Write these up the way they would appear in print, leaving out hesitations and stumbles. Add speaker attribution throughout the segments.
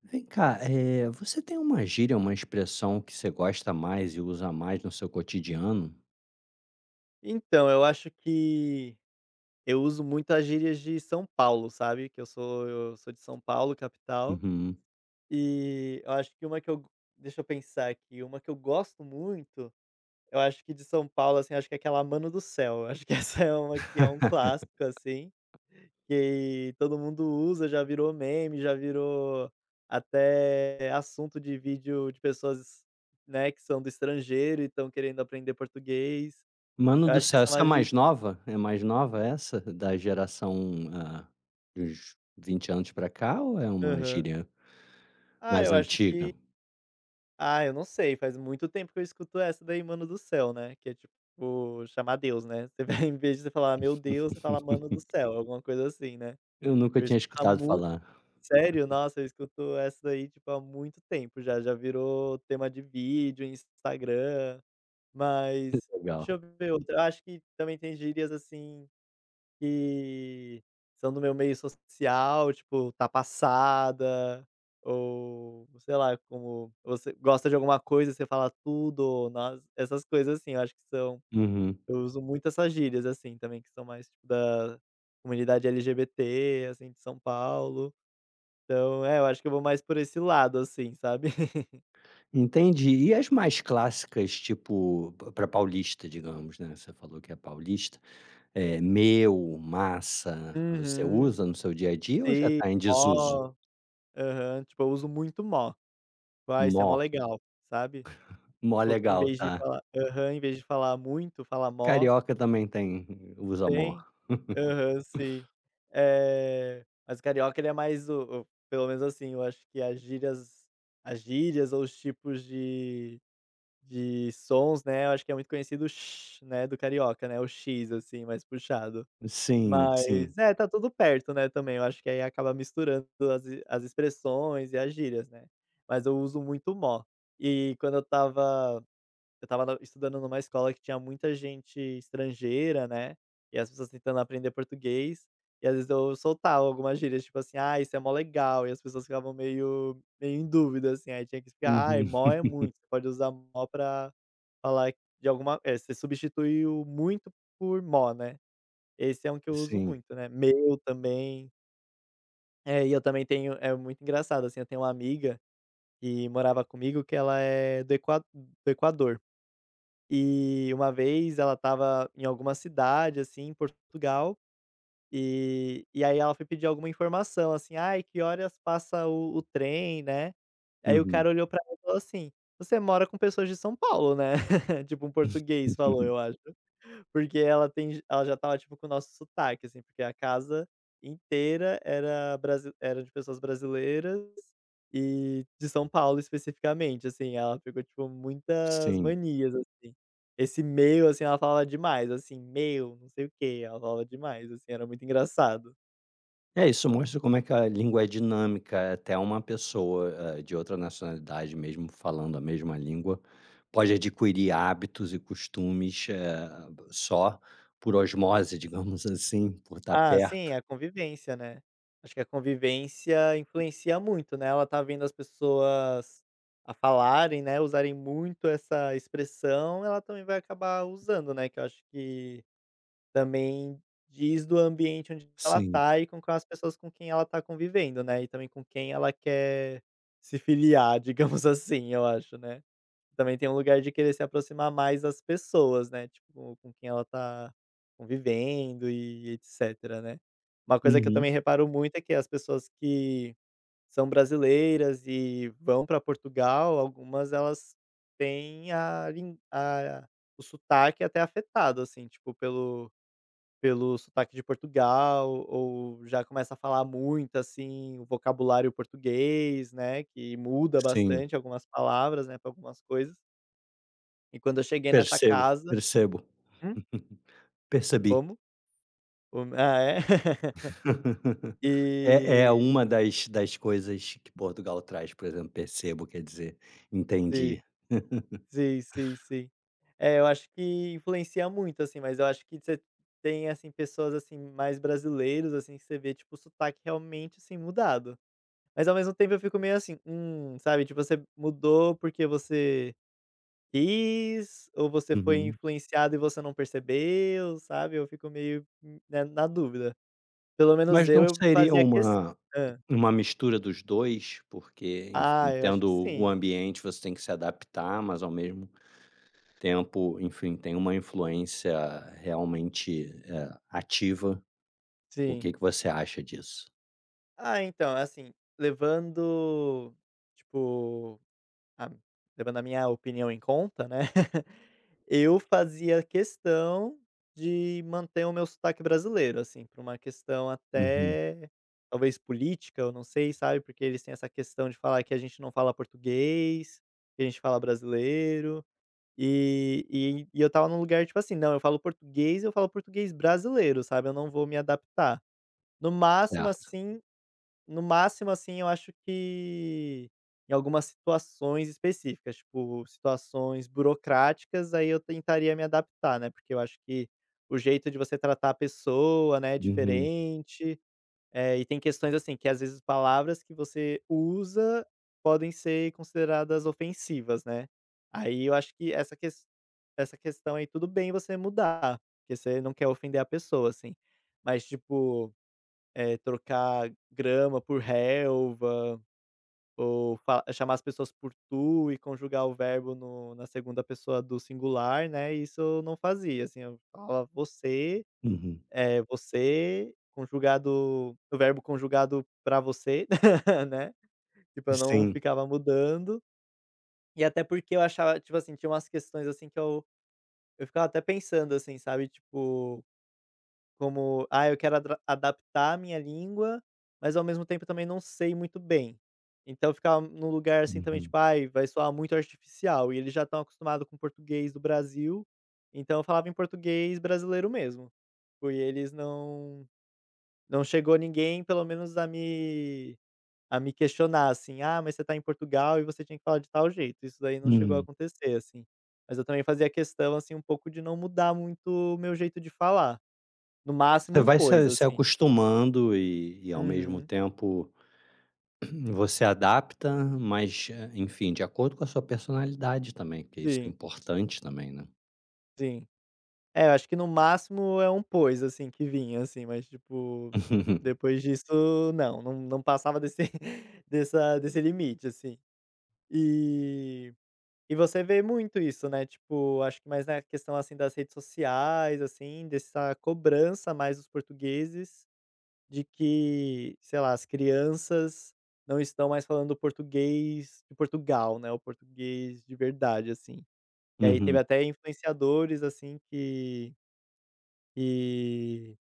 Speaker 1: Vem cá, você tem uma gíria, uma expressão que você gosta mais e usa mais no seu cotidiano?
Speaker 2: Então, eu acho que eu uso muito as gírias de São Paulo, sabe, que eu sou de São Paulo, capital.
Speaker 1: Uhum.
Speaker 2: E eu acho que uma que eu deixa eu pensar aqui, uma que eu gosto muito. Eu acho que de São Paulo, assim, acho que é aquela "Mano do céu". Eu acho que essa é uma que é um clássico, assim, que todo mundo usa, já virou meme, já virou até assunto de vídeo de pessoas, né, que são do estrangeiro e estão querendo aprender português.
Speaker 1: Mano
Speaker 2: Eu
Speaker 1: do
Speaker 2: acho que
Speaker 1: céu,
Speaker 2: essa é
Speaker 1: essa é a
Speaker 2: uma gíria.
Speaker 1: mais nova? É mais nova essa? Da geração, ah, dos 20 anos pra cá ou é uma gíria
Speaker 2: Ah,
Speaker 1: mais
Speaker 2: eu acho
Speaker 1: antiga?
Speaker 2: que eu não sei, faz muito tempo que eu escuto essa daí, "Mano do céu", né, que é tipo chamar Deus, né. Você vai em vez de você falar: "Meu Deus", você fala: "Mano do céu", alguma coisa assim, né.
Speaker 1: Eu nunca
Speaker 2: Eu
Speaker 1: tinha
Speaker 2: escuto há
Speaker 1: escutado
Speaker 2: mui
Speaker 1: falar.
Speaker 2: Sério? Nossa, eu escuto essa daí, tipo, há muito tempo já, já virou tema de vídeo, Instagram, mas deixa
Speaker 1: Legal.
Speaker 2: eu ver outra. Eu acho que também tem gírias assim que são do meu meio social, tipo, tá passada, ou sei lá, como você gosta de alguma coisa, você fala tudo, ou nós, essas coisas assim. Eu acho que são
Speaker 1: Uhum.
Speaker 2: eu uso muito essas gírias, assim, também, que são mais tipo da comunidade LGBT, assim, de São Paulo. Então, é, eu acho que eu vou mais por esse lado, assim, sabe.
Speaker 1: Entendi. E as mais clássicas, tipo, para paulista, digamos, né, você falou que é paulista. É, meu, massa, você
Speaker 2: Uhum.
Speaker 1: usa no seu dia a dia ou já
Speaker 2: Sim,
Speaker 1: está em desuso?
Speaker 2: "mó". Aham. Tipo, eu uso muito "mó", tipo: "isso é mó
Speaker 1: Mó,
Speaker 2: legal", sabe.
Speaker 1: mó
Speaker 2: Tipo, em
Speaker 1: legal,
Speaker 2: vez de
Speaker 1: tá.
Speaker 2: falar aham, em vez de falar muito, fala mó.
Speaker 1: Carioca também tem usa mó.
Speaker 2: Tem, aham, sim. Eh, mas o carioca ele é mais o, pelo menos assim, eu acho que as gírias ou os tipos de sons, né, eu acho que é muito conhecido o "sh", né, do carioca, né, o "x", assim, mais puxado.
Speaker 1: Sim, sim.
Speaker 2: Mas é, tá tudo perto, né, também, eu acho que aí acaba misturando as expressões e as gírias, né. Mas eu uso muito "mó". E quando eu tava eu estava na estudando numa escola que tinha muita gente estrangeira, né, e as pessoas tentando aprender português, e às vezes eu soltava algumas gírias, tipo assim: "Ah, isso é mó legal", e as pessoas ficavam meio em dúvida, assim, aí tinha que explicar: "ah,
Speaker 1: Uhum.
Speaker 2: mó é muito, você pode usar mó pra falar de alguma eh, você substitui o muito por mó, né". Esse é um que eu uso
Speaker 1: Sim.
Speaker 2: muito, né, meu, também. É, e eu também tenho, é muito engraçado, assim, eu tenho uma amiga que morava comigo, que ela é do Equador. E uma vez ela estava em alguma cidade, assim, em Portugal, e aí ela foi pedir alguma informação, assim: "Ai, que horas passa o trem, né?". Aí o
Speaker 1: Uhum.
Speaker 2: cara olhou pra ela e falou assim: "Você mora com pessoas de São Paulo, né?". Tipo, um português falou, eu acho. Porque ela já estava, tipo, com o nosso sotaque, assim, porque a casa inteira era brasi era de pessoas brasileiras e de São Paulo especificamente, assim, ela pegou, tipo, muitas
Speaker 1: Sim.
Speaker 2: manias, assim. Esse "meu", assim, ela falava demais, assim, "meu", não sei o quê, ela falava demais, assim, era muito engraçado.
Speaker 1: É, isso mostra como é que a língua é dinâmica, é até uma pessoa, de outra nacionalidade, mesmo falando a mesma língua, pode adquirir hábitos e costumes, só por osmose, digamos assim, por estar
Speaker 2: Ah,
Speaker 1: perto.
Speaker 2: sim, a convivência, né. Acho que a convivência influencia muito, né, ela tá vendo as pessoas a falarem, né, usarem muito essa expressão, ela também vai acabar usando, né, que eu acho que também diz do ambiente onde ela
Speaker 1: Sim.
Speaker 2: tá e com quais pessoas com quem ela tá convivendo, né, e também com quem ela quer se filiar, digamos assim, eu acho, né. Também tem um lugar de querer se aproximar mais das pessoas, né, tipo, com quem ela tá convivendo e etcétera, né. Uma coisa que eu
Speaker 1: Uhum.
Speaker 2: também reparo muito é que as pessoas que são brasileiras e vão para Portugal, algumas, elas têm a o sotaque até afetado, assim, tipo, pelo sotaque de Portugal, ou já começa a falar muito, assim, o vocabulário português, né, que muda
Speaker 1: Sim.
Speaker 2: bastante algumas palavras, né, para algumas coisas. E quando eu cheguei nessa
Speaker 1: Percebo,
Speaker 2: casa.
Speaker 1: percebo.
Speaker 2: Hum?
Speaker 1: Percebi.
Speaker 2: Como? O ah, é?
Speaker 1: É, é
Speaker 2: E
Speaker 1: uma das coisas que Portugal traz, por exemplo, percebo, quer dizer, entendi.
Speaker 2: sim, sim, sim, sim. É, eu acho que influencia muito, assim, mas eu acho que você tem, assim, pessoas, assim, mais brasileiros, assim, que você vê, tipo, o sotaque realmente, assim, mudado. Mas ao mesmo tempo eu fico meio assim, sabe, tipo, você mudou porque você quis ou você foi
Speaker 1: Uhum.
Speaker 2: influenciado e você não percebeu, sabe? Eu fico meio, né, na dúvida. Pelo menos
Speaker 1: Mas não
Speaker 2: eu
Speaker 1: seria
Speaker 2: fazia ques
Speaker 1: uma mistura dos dois. Porque, enfim,
Speaker 2: ah, eu acho
Speaker 1: tendo
Speaker 2: que
Speaker 1: o
Speaker 2: sim,
Speaker 1: ambiente, você tem que se adaptar, mas ao mesmo tempo, enfim, tem uma influência realmente, ativa. O
Speaker 2: sim.
Speaker 1: que que você acha disso?
Speaker 2: Ah, então, assim, levando, tipo, a levando a minha opinião em conta, né, eu fazia questão de manter o meu sotaque brasileiro, assim, por uma questão
Speaker 1: Uhum.
Speaker 2: até, talvez, política, eu não sei, sabe, porque eles têm essa questão de falar que a gente não fala português, que a gente fala brasileiro, e eu estava num lugar, tipo assim: "Não, eu falo português brasileiro", sabe, eu não vou me adaptar. No máximo,
Speaker 1: Certo.
Speaker 2: assim, no máximo, assim, eu acho que em algumas situações específicas, tipo, situações burocráticas, aí eu tentaria me adaptar, né, porque eu acho que o jeito de você tratar a pessoa, né, é
Speaker 1: Uhum.
Speaker 2: diferente. É, e tem questões, assim, que às vezes palavras que você usa podem ser consideradas ofensivas, né. Aí eu acho que essa questão aí, tudo bem você mudar, porque você não quer ofender a pessoa, assim. Mas, tipo, eh, trocar grama por relva, ou fa chamar as pessoas por "tu" e conjugar o verbo no na segunda pessoa do singular, né, isso eu não fazia, assim, eu falava "você",
Speaker 1: Uhum.
Speaker 2: eh, "você", conjugado, o verbo conjugado pra "você", né, tipo, eu não
Speaker 1: Sim.
Speaker 2: ficava mudando, e até porque eu achava, tipo assim, tinha umas questões, assim, que eu ficava até pensando, assim, sabe, tipo: como, ah, eu quero adra adaptar a minha língua, mas ao mesmo tempo eu também não sei muito bem. Então ficar num lugar assim também,
Speaker 1: Uhum.
Speaker 2: tipo, ai, vai soar muito artificial, e eles já estão acostumados com o português do Brasil, então eu falava em português brasileiro mesmo. Porque eles não chegou ninguém pelo menos a me questionar, assim: "Ah, mas você tá em Portugal e você tinha que falar de tal jeito", isso daí não chegou a
Speaker 1: Uhum.
Speaker 2: acontecer, assim. Mas eu também fazia questão, assim, um pouco, de não mudar muito o meu jeito de falar. No máximo,
Speaker 1: Você
Speaker 2: um
Speaker 1: vai
Speaker 2: pois.
Speaker 1: se
Speaker 2: Hum.
Speaker 1: se
Speaker 2: Assim.
Speaker 1: acostumando e ao mesmo
Speaker 2: Uhum.
Speaker 1: tempo você adapta, mas, enfim, de acordo com a sua personalidade também, porque isso é
Speaker 2: Sim,
Speaker 1: importante também, né.
Speaker 2: sim. É, eu acho que no máximo é um pois, assim, que vinha, assim, mas tipo,
Speaker 1: Uhum.
Speaker 2: depois disso não, não passava desse dessa desse limite, assim. E e você vê muito isso, né, tipo, acho que mais na questão, assim, das redes sociais, assim, dessa cobrança mais dos portugueses de que, sei lá, as crianças não estão mais falando português de Portugal, né, o português de verdade, assim. Que aí teve
Speaker 1: Uhum.
Speaker 2: até influenciadores, assim, que que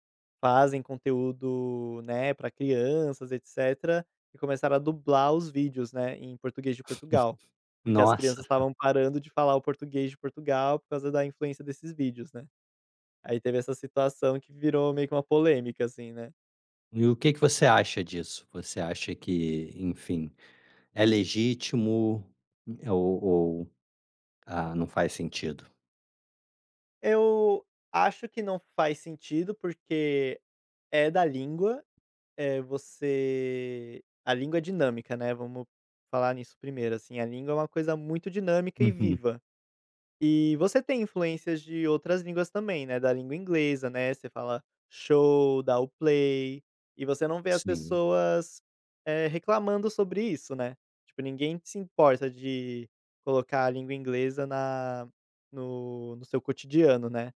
Speaker 2: fazem conteúdo, né, para crianças, etcétera, e começaram a dublar os vídeos, né, em português de Portugal. Porque as
Speaker 1: Nossa,
Speaker 2: crianças estavam parando de falar o português de Portugal por causa da influência desses vídeos, né. Aí teve essa situação que virou meio que uma polêmica, assim, né.
Speaker 1: e o que que você acha disso? Você acha que, enfim, é legítimo, ou ah, não faz sentido?
Speaker 2: Eu acho que não faz sentido, porque é da língua. É, você, a língua é dinâmica, né, vamos falar nisso primeiro, assim, a língua é uma coisa muito dinâmica e
Speaker 1: Uhum.
Speaker 2: viva. E você tem influências de outras línguas também, né, da língua inglesa, né, você fala show, dá o play, e você não vê as
Speaker 1: Sim.
Speaker 2: pessoas, eh, reclamando sobre isso, né. Tipo, ninguém se importa de colocar a língua inglesa na no seu cotidiano, né.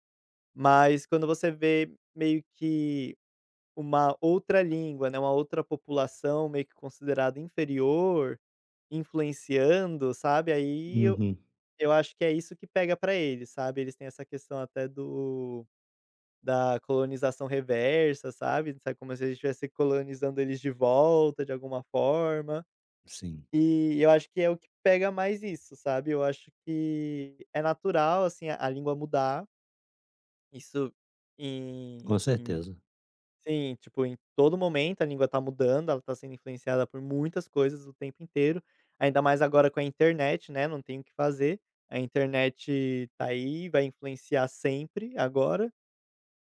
Speaker 2: Mas quando você vê meio que uma outra língua, né, uma outra população meio que considerada inferior, influenciando, sabe, aí eu
Speaker 1: Uhum.
Speaker 2: acho que é isso que pega pra eles, sabe. Eles têm essa questão até do da colonização reversa, sabe, sabe, como se a gente estivesse colonizando eles de volta de alguma forma.
Speaker 1: Sim,
Speaker 2: E eu acho que é o que pega mais isso, sabe. Eu acho que é natural, assim, a língua mudar, isso
Speaker 1: com
Speaker 2: em em.
Speaker 1: certeza.
Speaker 2: Sim, tipo, em todo momento a língua tá mudando, ela tá sendo influenciada por muitas coisas o tempo inteiro, ainda mais agora com a internet, né, não tem o que fazer. A internet tá aí, vai influenciar sempre agora.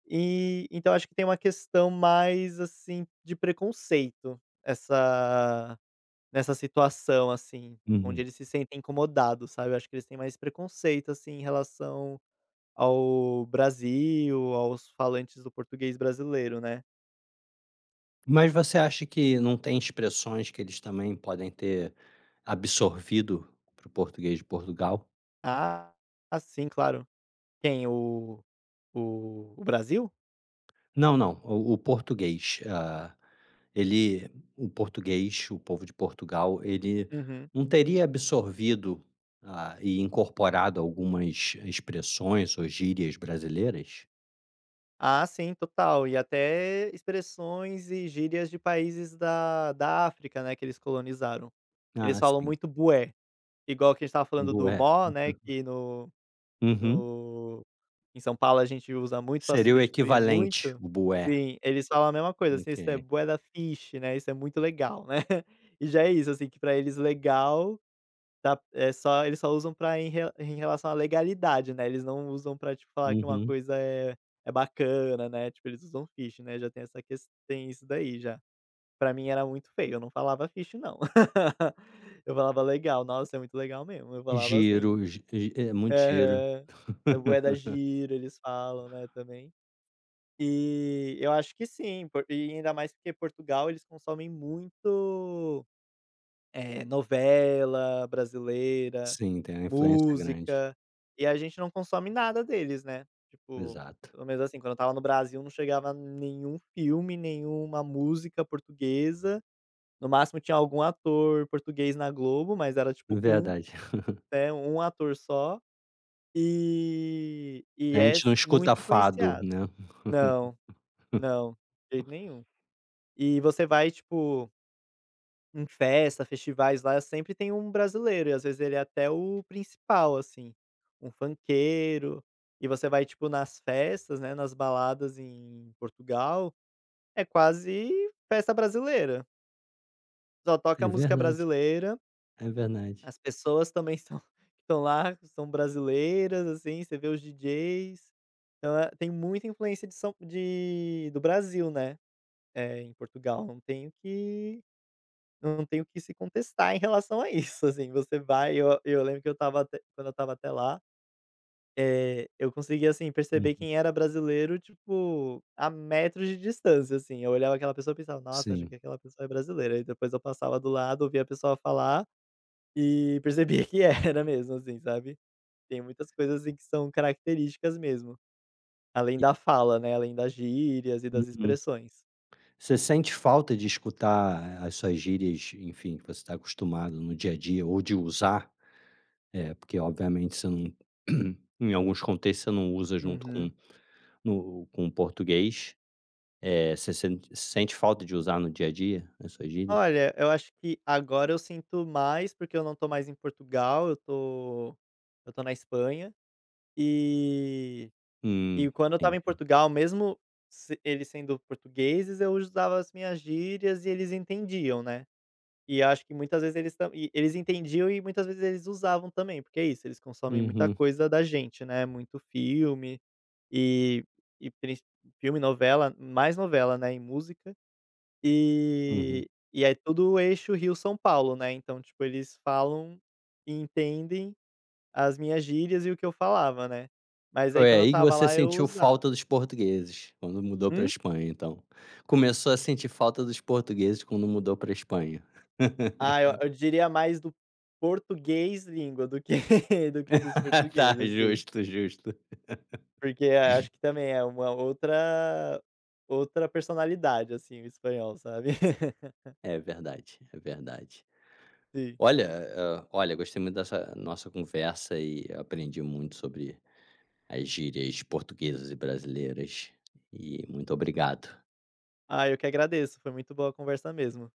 Speaker 2: E então acho que tem uma questão mais, assim, de preconceito, essa nessa situação, assim, onde
Speaker 1: Uhum.
Speaker 2: eles se sentem incomodados, sabe. Eu acho que eles têm mais preconceito, assim, em relação ao Brasil, aos falantes do português brasileiro, né.
Speaker 1: Mas você acha que não tem expressões que eles também podem ter absorvido para o português de Portugal?
Speaker 2: Ah, ah, sim, claro. Quem? O o Brasil?
Speaker 1: Não, não, o português, ah, ele, o português, o povo de Portugal, ele
Speaker 2: Uhum.
Speaker 1: não teria absorvido, ah, e incorporado algumas expressões ou gírias brasileiras?
Speaker 2: Ah, sim, total. E até expressões e gírias de países da África, né, que eles colonizaram. Eles
Speaker 1: Ah,
Speaker 2: falam
Speaker 1: sim,
Speaker 2: muito bué, igual que a gente estava falando do
Speaker 1: bué.
Speaker 2: "mó", né, que
Speaker 1: Uhum.
Speaker 2: no em São Paulo a gente usa muito para
Speaker 1: Seria o
Speaker 2: substituir
Speaker 1: equivalente,
Speaker 2: muito.
Speaker 1: o bué.
Speaker 2: Sim, eles falam a mesma coisa, assim: "Isso é
Speaker 1: Ok.
Speaker 2: bué da fish", né, "Isso é muito legal", né. E já é isso, assim, que pra eles legal. Tá, é só, eles só usam pra em re em relação à legalidade, né, eles não usam pra, tipo, falar que uma
Speaker 1: Uhum.
Speaker 2: coisa é é bacana, né, tipo, eles usam phish, né, já tem essa questão, tem isso daí já. Pra mim era muito feio, eu não falava phish não. Eu falava: "Legal, nossa, é muito legal mesmo", eu falava
Speaker 1: Giro,
Speaker 2: assim.
Speaker 1: é muito giro.
Speaker 2: Aham. É bué da giro, eles falam, né, também. E eu acho que sim, por e ainda mais porque Portugal, eles consomem muito, eh, novela brasileira.
Speaker 1: Sim, tem uma influência grande.
Speaker 2: Música, e a gente não consome nada deles, né, tipo,
Speaker 1: Exato.
Speaker 2: pelo menos assim, quando eu estava no Brasil não chegava nenhum filme, nenhuma música portuguesa, no máximo tinha algum ator português na Globo, mas era tipo um,
Speaker 1: Verdade.
Speaker 2: né, um ator só, e
Speaker 1: A
Speaker 2: é
Speaker 1: gente não
Speaker 2: s
Speaker 1: escuta
Speaker 2: muito
Speaker 1: fado,
Speaker 2: influenciado.
Speaker 1: né.
Speaker 2: Não, não, de jeito nenhum. E você vai, tipo, em festa, festivais lá, sempre tem um brasileiro, e às vezes ele é até o principal, assim, um funkeiro, e você vai, tipo, nas festas, né, nas baladas em Portugal, é quase festa brasileira, só
Speaker 1: É
Speaker 2: toca música
Speaker 1: verdade,
Speaker 2: brasileira,
Speaker 1: é verdade.
Speaker 2: as pessoas também são estão lá, são brasileiras, assim, você vê os DJs, então, eh, tem muita influência de do Brasil, né, é em Portugal, não tem o que. Não tem o que se contestar em relação a isso, assim, você vai, eu lembro que eu estava até quando eu estava até lá, eh, eu conseguia, assim, perceber
Speaker 1: Uhum,
Speaker 2: quem era brasileiro, tipo, a metros de distância, assim, eu olhava aquela pessoa e pensava: "Nossa, acho
Speaker 1: sim.
Speaker 2: que aquela pessoa é brasileira", e depois eu passava do lado, ouvia a pessoa falar e percebia que era mesmo, assim, sabe. Tem muitas coisas, assim, que são características mesmo, além
Speaker 1: E
Speaker 2: da fala, né, além das gírias e das
Speaker 1: uhum.
Speaker 2: expressões.
Speaker 1: Você sente falta de escutar as suas gírias, enfim, que você está acostumado no dia a dia ou de usar? É porque obviamente você não em alguns contextos você não usa junto com
Speaker 2: Uhum.
Speaker 1: no com o português. É, você sente falta de usar no dia a dia as suas gírias?
Speaker 2: Olha, eu acho que agora eu sinto mais, porque eu não tô mais em Portugal, eu tô na Espanha. E
Speaker 1: Hum,
Speaker 2: e quando eu estava em
Speaker 1: entendi.
Speaker 2: Portugal, mesmo se eles sendo portugueses, eu usava as minhas gírias e eles entendiam, né. E eu acho que muitas vezes eles tam e eles entendiam, e muitas vezes eles usavam também, porque é isso, eles consomem muita
Speaker 1: Uhum,
Speaker 2: coisa da gente, né, muito filme e e princi filme, novela, mais novela, né, e música.
Speaker 1: uhum.
Speaker 2: E é tudo eixo Rio-São Paulo, né, então, tipo, eles falam e entendem as minhas gírias e o que eu falava, né. Mas aí
Speaker 1: Foi
Speaker 2: quando eu
Speaker 1: aí que
Speaker 2: estava
Speaker 1: você
Speaker 2: lá eu
Speaker 1: sentiu
Speaker 2: usava.
Speaker 1: falta dos portugueses, quando mudou pra
Speaker 2: Hum?
Speaker 1: Espanha, então. Começou a sentir falta dos portugueses quando mudou pra Espanha.
Speaker 2: Ah, eu diria mais do português língua do que do que dos
Speaker 1: Tá,
Speaker 2: portugueses, sim.
Speaker 1: justo, justo.
Speaker 2: Porque, eh, acho que também é uma outra outra personalidade, assim, o espanhol, sabe.
Speaker 1: É verdade, é verdade.
Speaker 2: Sim.
Speaker 1: Olha, hã, olha, gostei muito dessa nossa conversa e aprendi muito sobre as gírias portuguesas e brasileiras. E muito obrigado.
Speaker 2: Ah, eu que agradeço, foi muito boa a conversa mesmo.